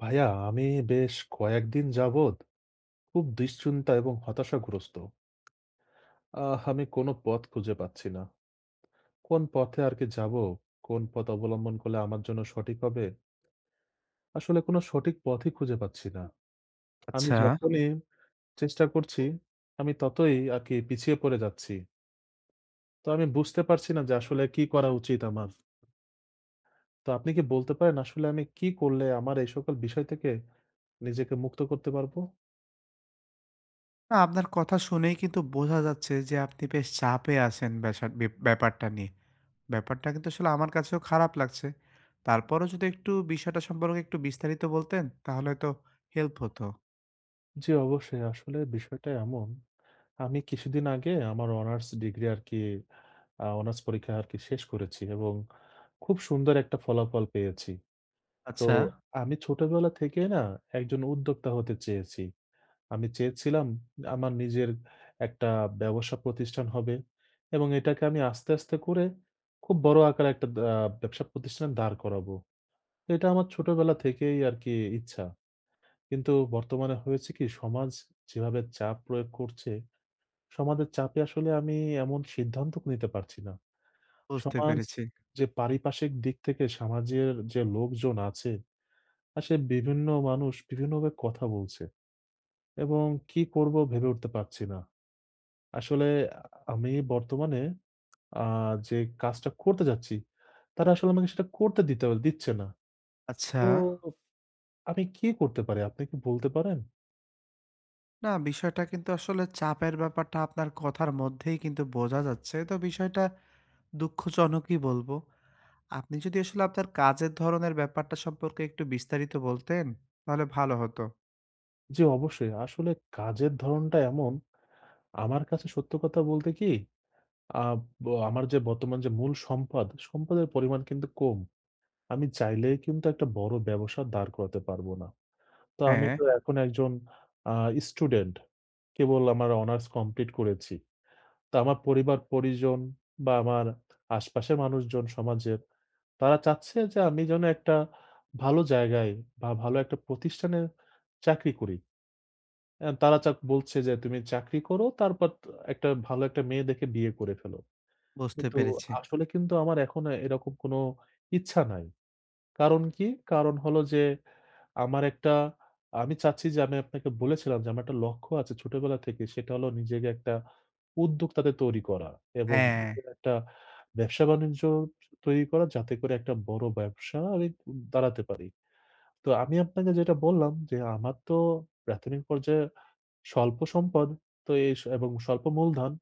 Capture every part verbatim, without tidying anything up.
ভাইয়া আমি বেশ কয়েকদিন যাবৎ খুব দুশ্চিন্তা এবং হতাশাগ্রস্ত। আহ আমি কোনো পথ খুঁজে পাচ্ছি না। কোন পথে আর কি যাবো? কোন পথ অবলম্বন করলে আমার জন্য সঠিক হবে? আসলে কোনো সঠিক পথই খুঁজে পাচ্ছি না। আমি আচ্ছা। যখনই চেষ্টা করছি, আমি ততই আর কি পিছিয়ে পড়ে যাচ্ছি। তো আমি বুঝতে পারছি না যে আসলে কি করা উচিত আমার? তো আপনি কি বলতে পারেন আসলে আমি কি করলে আমার এই সকল বিষয় থেকে নিজেকে মুক্ত করতে পারবো? না, আপনার কথা শুনেই কিন্তু বোঝা যাচ্ছে যে আপনি বেশ চাপে আছেন ব্যাসা বে ব্যাপারটা নিয়ে। ব্যাপারটা কিন্তু আসলে আমার কাছেও খারাপ লাগছে। তারপরও যদি একটু বিষয়টা সম্পর্কে একটু বিস্তারিত বলতেন, তাহলে হয়তো হেল্প হতো। জি, অবশ্যই। আসলে বিষয়টা এমন, আমি কিছুদিন আগে আমার অনার্স ডিগ্রি আরকি আ অনার্স পরীক্ষা আরকি শেষ করেছি এবং খুব সুন্দর একটা ফলাফল পেয়েছি। তো আচ্ছা। আমি ছোটবেলা থেকে না একজন উদ্যোক্তা হতে চেয়েছি। আমি চেয়েছিলাম আমার নিজের একটা ব্যবসা প্রতিষ্ঠান হবে এবং এটাকে আমি আস্তে, আস্তে করে খুব বড় আকারে একটা দা ব্যবসা প্রতিষ্ঠান দাঁড় করাবো। এটা আমার ছোটবেলা থেকেই আরকি ইচ্ছা। কিন্তু বর্তমানে হয়েছে কি সমাজ যেভাবে চাপ প্রয়োগ করছে, সমাজের চাপে আসলে আমি এমন সিদ্ধান্ত নিতে পারছি না। বুঝতে সমাজ পেরেছি। যে পারিপার্শ্বিক দিক থেকে সমাজের যে লোকজন আছে, আসে বিভিন্ন মানুষ বিভিন্নভাবে কথা বলছে এবং কি করব ভেবে উঠতে পারছি না। আসলে আমি বর্তমানে আ যে কাজটা করতে যাচ্ছি, তারা আসলে আমাকে সেটা করতে দিতে দিচ্ছে না। আচ্ছা। তো আমি কি করতে পারি? আপনি কি বলতে পারেন? না, বিষয়টা কিন্তু আসলে চাপের ব্যাপারটা আপনার কথার মধ্যেই কিন্তু বোঝা যাচ্ছে। তো বিষয়টা দুঃখজনকই বলবো। আপনি যদি আসলে আপনার কাজের ধরনের ব্যাপারটা সম্পর্কে একটু বিস্তারিত বলতেন, তাহলে ভালো হতো। জি, অবশ্যই। আসলে কাজের ধরনটা এমন আমার কাছে সত্য কথা বলতে কি, আ ব আমার যে বর্তমান যে মূল সম্পদ, সম্পদের পরিমাণ কিন্তু কম। আমি চাইলেই কিন্তু একটা বড় ব্যবসা দাঁড় করাতে পারবো না। তো আমি হ্যাঁ। তো এখন একজন আ স্টুডেন্ট। কেবল আমার অনার্স কমপ্লিট করেছি। তো আমার পরিবার-পরিজন বা আমার আশপাশের মানুষজন সমাজের, তারা চাচ্ছে যে আমি যেন একটা ভালো জায়গায় বা ভালো একটা প্রতিষ্ঠানে চাকরি করি। আ তারা চাক বলছে যে তুমি চাকরি করো তারপর ত একটা ভালো একটা মেয়ে দেখে বিয়ে করে ফেলো। বুঝতে কিন্তু পেরেছি। আসলে কিন্তু আমার এখন আ এরকম কোনো ইচ্ছা নাই। কারণ কি? কারণ হলো যে আমার একটা আমি চাচ্ছি যে আমি আপনাকে বলেছিলাম যে আমার একটা লক্ষ্য আছে ছোটবেলা থেকে। সেটা হলো নিজেকে একটা উদ্যোক্তাতে তৈরি করা এবং হ্যাঁ, নিজের একটা ব্যবসা-বাণিজ্য তৈরি করা যাতে করে একটা বড় ব্যবসা আমি দাঁড়াতে পারি। তো আমি আপনাকে যেটা বললাম যে আমার তো প্রাথমিক পর্যায়ে স্বল্প সম্পদ তো এই স এবং স্বল্প মূলধন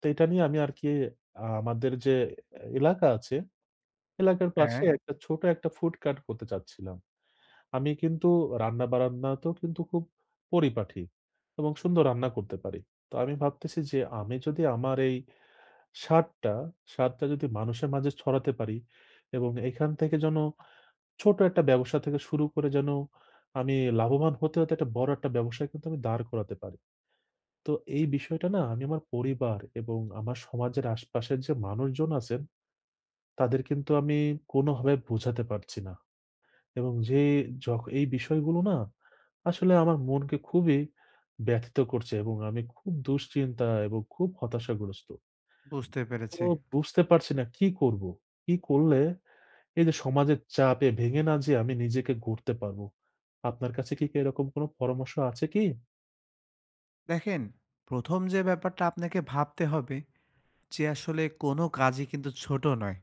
তো এটা নিয়ে আমি আরকি আ আমাদের যে এলাকা আছে, এলাকার পাশে হ্যাঁ। একটা ছোট একটা ফুড কার্ট করতে চাচ্ছিলাম। আমি কিন্তু রান্না-বান্নাতেও কিন্তু খুব পরিপাটি এবং সুন্দর রান্না করতে পারি। তো আমি ভাবতেছি যে আমি যদি আমার এই স্বাদটা, স্বাদটা যদি মানুষের মাঝে ছড়াতে পারি এবং এখান থেকে যেন ছোট একটা ব্যবসা থেকে শুরু করে যেন আমি লাভবান হতে, হতে একটা বড় একটা ব্যবসায় কিন্তু আমি দাঁড় করাতে পারি। তো এই বিষয়টা না আমি আমার পরিবার এবং আমার সমাজের আশপাশের যে মানুষজন আছেন, তাদের কিন্তু আমি কোনোভাবে বোঝাতে পারছি না। এবং যে যখ এই বিষয়গুলো না আসলে আমার মনকে খুবই ব্যথিত করছে এবং আমি খুব দুশ্চিন্তা এবং খুব হতাশাগ্রস্ত। বুঝতে তো পেরেছি। বুঝতে পারছি না কি করব? কি করলে এই যে সমাজের চাপে ভেঙে না যেয়ে আমি নিজেকে গড়তে পারবো? আপনার কাছে কি কি এরকম কোনো পরামর্শ আছে কি? দেখেন, প্রথম যে ব্যাপারটা আপনাকে ভাবতে হবে যে আসলে কোনো কাজই কিন্তু ছোট নয়।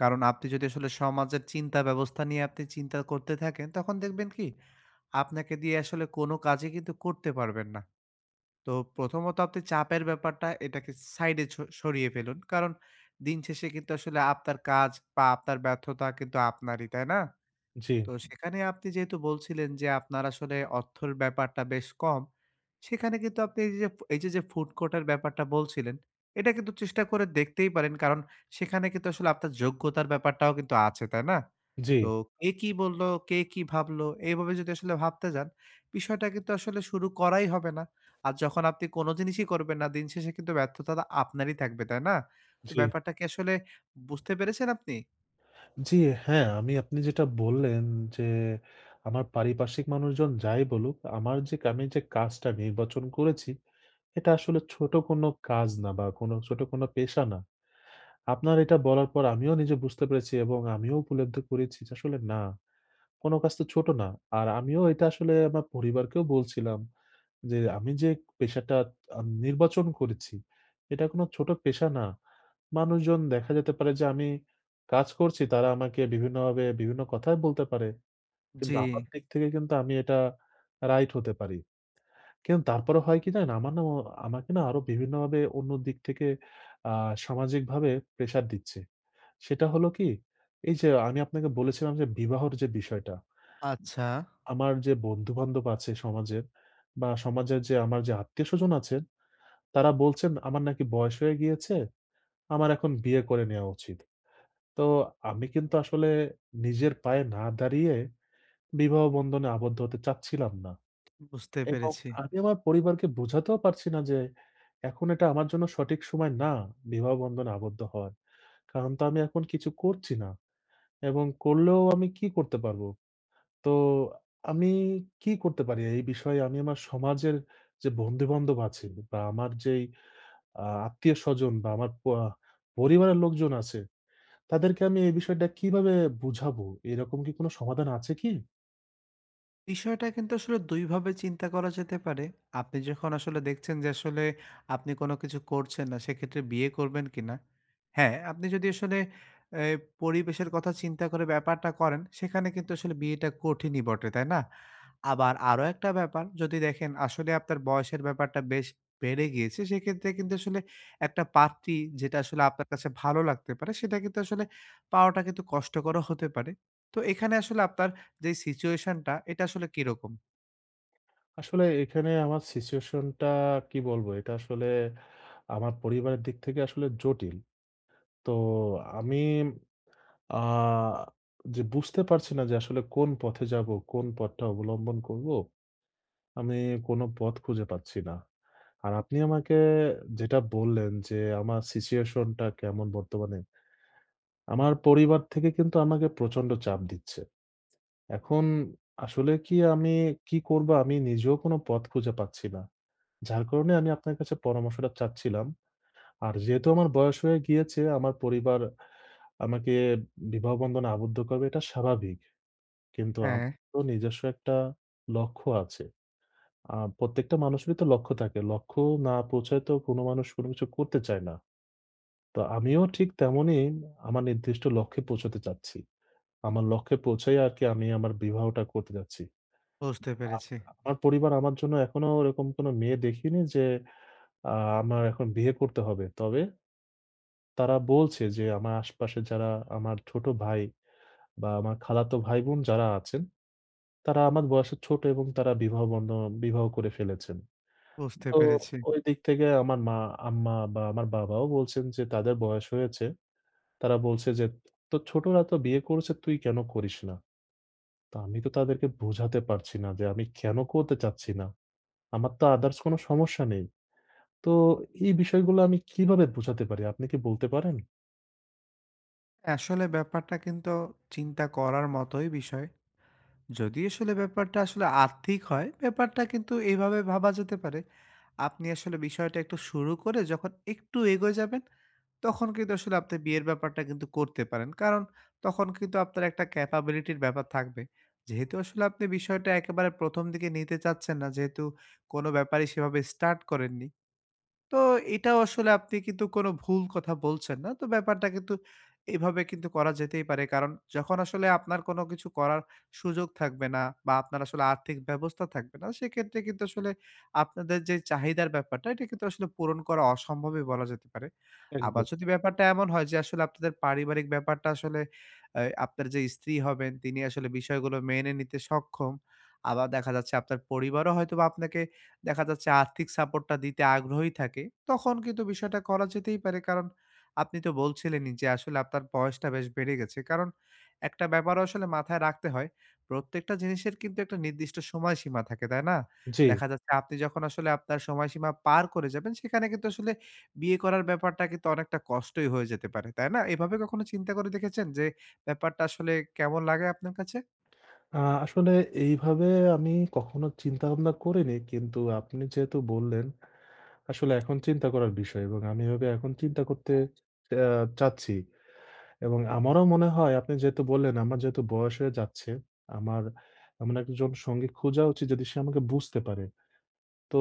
কারণ আপনি যদি আসলে সমাজের চিন্তা ব্যবস্থা নিয়ে আপনি চিন্তা করতে থাকেন তখন দেখবেন কি আপনাকে দিয়ে আসলে কোনো কাজই কিন্তু করতে পারবেন না। তো প্রথমত আপনি চাপের ব্যাপারটা এটাকে সাইডে ছ সরিয়ে ফেলুন। কারণ দিন শেষে কিন্তু আসলে আপনার কাজ বা আপনার ব্যর্থতা কিন্তু আপনারই, তাই না? জি, তো সেখানে আপনি যেহেতু বলছিলেন যে আপনার আসলে অর্থের ব্যাপারটা বেশ কম, সেখানে কিন্তু আপনি এই যে এই যে, যে ফুড কোর্টের ব্যাপারটা বলছিলেন, এটা কিন্তু চেষ্টা করে দেখতেই পারেন। কারণ সেখানে কিন্তু আসলে আপনার যোগ্যতার ব্যাপারটাও কিন্তু আছে, তাই না? জি, তো কে কি বলল, কে কি ভাবলো, এইভাবে যদি আসলে ভাবতে যান, বিষয়টা কিন্তু আসলে শুরু করাই হবে না। আর যখন আপনি কোনো জিনিসই করবেন না, দিন শেষে কিন্তু ব্যর্থতাটা আপনারই থাকবে, তাই না? তো জি। ব্যাপারটা কি আসলে বুঝতে পেরেছেন আপনি? জি, হ্যাঁ, আমি আপনি যেটা বললেন যে আমার পারিপার্শ্বিক মানুষজন যাই বলুক, আমার যে আমি যে কাজটা নির্বাচন করেছি, এটা আসলে ছোট কোনো কাজ না বা কোনো ছোট কোনো পেশা না। আপনার এটা বলার পর আমিও নিজে বুঝতে পেরেছি এবং আমিও উপলব্ধি করেছি যে আসলে না, কোনো কাজ তো ছোট না। আর আমিও এটা আসলে আমার পরিবারকেও বলছিলাম। যে আমি যে পেশাটা আ নির্বাচন করেছি, এটা কোনো ছোট পেশা না। মানুষজন দেখা যেতে পারে যে আমি কাজ করছি, তারা আমাকে বিভিন্নভাবে বিভিন্ন কথাই বলতে পারে। জি, কিন্তু আমার দিক থেকে কিন্তু আমি এটা রাইট হতে পারি। কিন্তু তারপরে হয় কি জানেন? আমার না ও আমাকে না আরো বিভিন্নভাবে অন্য দিক থেকে আ সামাজিকভাবে প্রেশার দিচ্ছে। সেটা হলো কি? এই যে আমি আপনাকে বলেছিলাম যে বিবাহর যে বিষয়টা, আচ্ছা। আমার যে বন্ধু-বান্ধব আছে সমাজের বা সমাজের যে আমার যে আত্মীয়স্বজন আছেন তারা বলছেন, "আমার নাকি বয়স হয়ে গিয়েছে। আমার এখন বিয়ে করে নেয়া উচিত।" তো আমি কিন্তু আসলে নিজের পায়ে না দাঁড়িয়ে বিবাহ বন্ধনে আবদ্ধ হতে চাচ্ছিলাম না। বুঝতে এবং পেরেছি। আমি আমার পরিবারকে বোঝাতেও পারছি না যে, এখন এটা আমার জন্য সঠিক সময় না বিবাহ বন্ধনে আবদ্ধ হওয়ার। কারণ তো আমি এখন কিছু করছি না। এবং করলেও আমি কি করতে পারবো? তো আমি কি করতে পারি এই বিষয়ে? আমি আমার সমাজের যে বন্ধু-বান্ধব আছে বা আমার যেই আ আত্মীয়স্বজন বা আমার প পরিবারের লোকজন আছে, তাদেরকে আমি এই বিষয়টা কিভাবে বুঝাবো? এরকম কি কোনো সমাধান আছে কি? বিষয়টা কিন্তু আসলে দুই ভাবে চিন্তা করা যেতে পারে। আপনি যখন আসলে দেখছেন যে আসলে আপনি কোনো কিছু করছেন না, সেক্ষেত্রে বিয়ে করবেন কিনা? হ্যাঁ, আপনি যদি আসলে এ পরিবেশের কথা চিন্তা করে ব্যাপারটা করেন, সেখানে কিন্তু আসলে বিয়েটা কঠিনই বটে, তাই না? আবার আরো একটা ব্যাপার যদি দেখেন আসলে আপনার বয়সের ব্যাপারটা বেশ বেড়ে গিয়েছে, সেক্ষেত্রে কিন্তু আসলে একটা পাত্রী যেটা আসলে আপনার কাছে ভালো লাগতে পারে, সেটা কিন্তু আসলে পাওয়াটা কিন্তু কষ্টকরও হতে পারে। তো এখানে আসলে আপনার যে সিচুয়েশন টা এটা আসলে কিরকম? আসলে এখানে আমার সিচুয়েশন টা কি বলবো? এটা আসলে আমার পরিবারের দিক থেকে আসলে জটিল। তো আমি আ যে বুঝতে পারছি না যে আসলে কোন পথে যাবো, কোন পথটা অবলম্বন করবো? আমি কোনো পথ খুঁজে পাচ্ছি না। আর আপনি আমাকে যেটা বললেন যে আমার সিচুয়েশন টা কেমন বর্তমানে? আমার পরিবার থেকে কিন্তু আমাকে প্রচন্ড চাপ দিচ্ছে। এখন আসলে কি আমি কি করবো? আমি নিজেও কোনো পথ খুঁজে পাচ্ছি না। যার কারণে আমি আপনার কাছে পরামর্শটা চাচ্ছিলাম। আর যেহেতু আমার বয়স হয়ে গিয়েছে, আমার পরিবার আমাকে বিবাহ বন্ধনে আবদ্ধ করবে এটা স্বাভাবিক। কিন্তু আমার হ্যাঁ। তো নিজস্ব একটা লক্ষ্য আছে। আ প্রত্যেকটা মানুষেরই তো লক্ষ্য থাকে। লক্ষ্য না পৌঁছায় তো কোনো মানুষ কোনো কিছু করতে চায় না। তো আমিও ঠিক তেমনই আমার নির্দিষ্ট লক্ষ্যে পৌঁছতে চাচ্ছি। আমার লক্ষ্যে পৌঁছেই আরকি আমি আমার বিবাহটা করতে যাচ্ছি। বুঝতে পেরেছি, আচ্ছা। আমার পরিবার আমার জন্য এখনো ওরকম কোনো মেয়ে দেখিনি যে আ আমার এখন বিয়ে করতে হবে। তবে তারা বলছে যে আমার আশপাশে যারা আমার ছোট ভাই বা আমার খালাতো ভাই-বোন যারা আছেন, তারা আমার বয়সে ছোট এবং তারা বিবাহ বন্ধ বিবাহ করে ফেলেছেন। বুঝতে তো পেরেছি। ওই দিক থেকে আমার মা, আম্মা বা আমার বাবাও বলছেন যে তাদের বয়স হয়েছে। তারা বলছে যে, "তোর ছোটরা তো বিয়ে করেছে তুই কেন করিস না?" তো আমি তো তাদেরকে বোঝাতে পারছি না যে আমি কেন করতে চাচ্ছি না। আমার তো others কোনো সমস্যা নেই। তো এই বিষয়গুলো আমি কিভাবে বোঝাতে পারি? আপনি কি বলতে পারেন? আসলে ব্যাপারটা কিন্তু চিন্তা করার মতোই বিষয়। যদি আসলে ব্যাপারটা আসলে আর্থিক হয়, ব্যাপারটা কিন্তু এইভাবে ভাবা যেতে পারে। আপনি আসলে বিষয়টা একটু শুরু করে যখন একটু এগোয় যাবেন, তখন কিন্তু আসলে আপনি বিয়ের ব্যাপারটা কিন্তু করতে পারেন। কারণ তখন কিন্তু আপনার একটা ক্যাপাবিলিটির ব্যাপার থাকবে। যেহেতু আসলে আপনি বিষয়টা একেবারে প্রথম দিকে নিতে চাচ্ছেন না, যেহেতু কোনো ব্যাপারই সেভাবে স্টার্ট করেননি। তো এটাও আসলে আপনি কিন্তু কোনো ভুল কথা বলছেন না। তো ব্যাপারটা কিন্তু এভাবে কিন্তু করা যেতেই পারে। কারণ যখন আসলে আপনার কোনো কিছু করার সুযোগ থাকবে না বা আপনার আসলে আর্থিক ব্যবস্থা থাকবে না, সেক্ষেত্রে কিন্তু আসলে আপনাদের যে চাহিদার ব্যাপারটা, এটা কিন্তু আসলে পূরণ করা অসম্ভবই বলা যেতে পারে। আবার একদম। যদি ব্যাপারটা এমন হয় যে আসলে আপনাদের পারিবারিক ব্যাপারটা আসলে অ্যা আপনার যে স্ত্রী হবেন, তিনি আসলে বিষয়গুলো মেনে নিতে সক্ষম। আবার দেখা যাচ্ছে আপনার পরিবারও হয়তোবা আপনাকে দেখা যাচ্ছে আর্থিক সাপোর্টটা দিতে আগ্রহী থাকে, তখন কিন্তু বিষয়টা করা যেতেই পারে। কারণ আপনি তো বলছিলেনই যে আসলে আপনার বয়সটা বেশ বেড়ে গেছে। কারণ একটা ব্যাপারও আসলে মাথায় রাখতে হয়। প্রত্যেকটা জিনিসের কিন্তু একটা নির্দিষ্ট সময়সীমা থাকে, তাই না? জি। দেখা যাচ্ছে আপনি যখন আসলে আপনার সময়সীমা পার করে যাবেন, সেখানে কিন্তু আসলে বিয়ে করার ব্যাপারটা কিন্তু অনেকটা কষ্টই হয়ে যেতে পারে, তাই না? এভাবে কখনো চিন্তা করে দেখেছেন যে ব্যাপারটা আসলে কেমন লাগে আপনার কাছে? আ আসলে এইভাবে আমি কখনো চিন্তাভাবনা করিনি। কিন্তু আপনি যেহেতু বললেন, আসলে এখন চিন্তা করার বিষয় এবং আমি এভাবে এখন চিন্তা করতে আ চাচ্ছি। এবং আমারও মনে হয় আপনি যেহেতু বললেন, আমার যেহেতু বয়স হয়ে যাচ্ছে, আমার এমন একজন সঙ্গী খোঁজা উচিত যদি সে আমাকে বুঝতে পারে। তো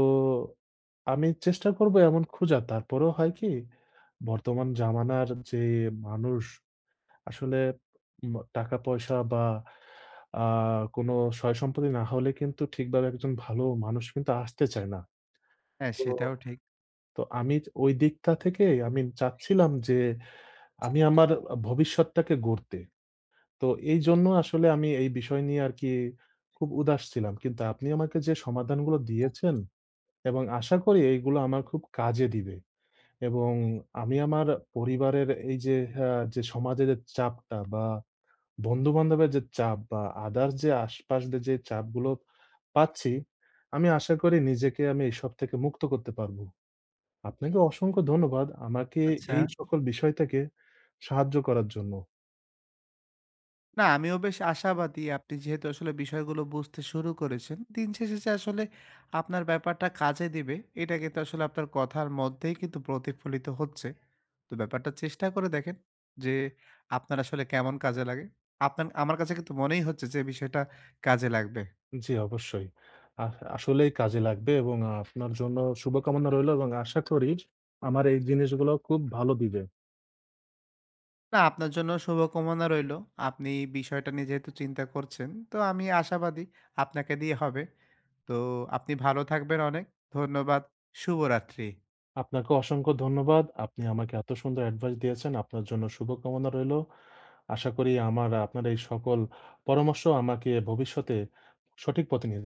আমি চেষ্টা করবো এমন খোঁজার। তারপরেও হয় কি? বর্তমান জামানার যে মানুষ আসলে ম টাকা-পয়সা বা আ কোনো সয়-সম্পত্তি না হলে কিন্তু ঠিকভাবে একজন ভালো মানুষ কিন্তু আসতে চায় না। হ্যাঁ, তো সেটাও ঠিক। তো আমি ওই দিকটা থেকে আমি চাচ্ছিলাম যে আমি আমার আ ভবিষ্যৎটাকে গড়তে। তো এইজন্য আসলে আমি এই বিষয় নিয়ে আরকি খুব উদাস ছিলাম। কিন্তু আপনি আমাকে যে সমাধানগুলো দিয়েছেন এবং আশা করি এইগুলো আমার খুব কাজে দিবে। এবং আমি আমার পরিবারের এই যে আ যে সমাজে যে চাপটা বা বন্ধু-বান্ধবের যে চাপ বা others যে আশপাশদের যে চাপগুলো পাচ্ছি, আমি আশা করি নিজেকে আমি এসব থেকে মুক্ত করতে পারবো। আপনাকে অসংখ্য ধন্যবাদ আমাকে আচ্ছা। এই জি। সকল বিষয় থেকে সাহায্য করার জন্য। না, আমিও বেশ আশাবাদী। আপনি যেহেতু আসলে বিষয়গুলো বুঝতে শুরু করেছেন, দিন শেষে যে আসলে আপনার ব্যাপারটা কাজে দিবে, এটা কিন্তু আসলে আপনার কথার মধ্যেই কিন্তু প্রতিফলিত হচ্ছে। তো ব্যাপারটা চেষ্টা করে দেখেন যে, আপনার আসলে কেমন কাজে লাগে। আপনার আমার কাছে কিন্তু মনেই হচ্ছে যে বিষয়টা কাজে লাগবে। জি, অবশ্যই। আস আসলেই কাজে লাগবে এবং আপনার জন্য শুভকামনা রইলো এবং আশা করি আমার এই জিনিসগুলো খুব ভালো দিবে। না, আপনার জন্য শুভকামনা রইলো। আপনি বিষয়টা নিয়ে যেহেতু চিন্তা করছেন, তো আমি আশাবাদী আপনাকে দিয়ে হবে। তো আপনি ভালো থাকবেন অনেক। ধন্যবাদ। শুভরাত্রি। আপনাকে অসংখ্য ধন্যবাদ। আপনি আমাকে এত সুন্দর অ্যাডভাইস দিয়েছেন। আপনার জন্য শুভকামনা রইলো। আশা করি আমার আপনার এই সকল পরামর্শ আমাকে ভবিষ্যতে সঠিক পথে নিয়ে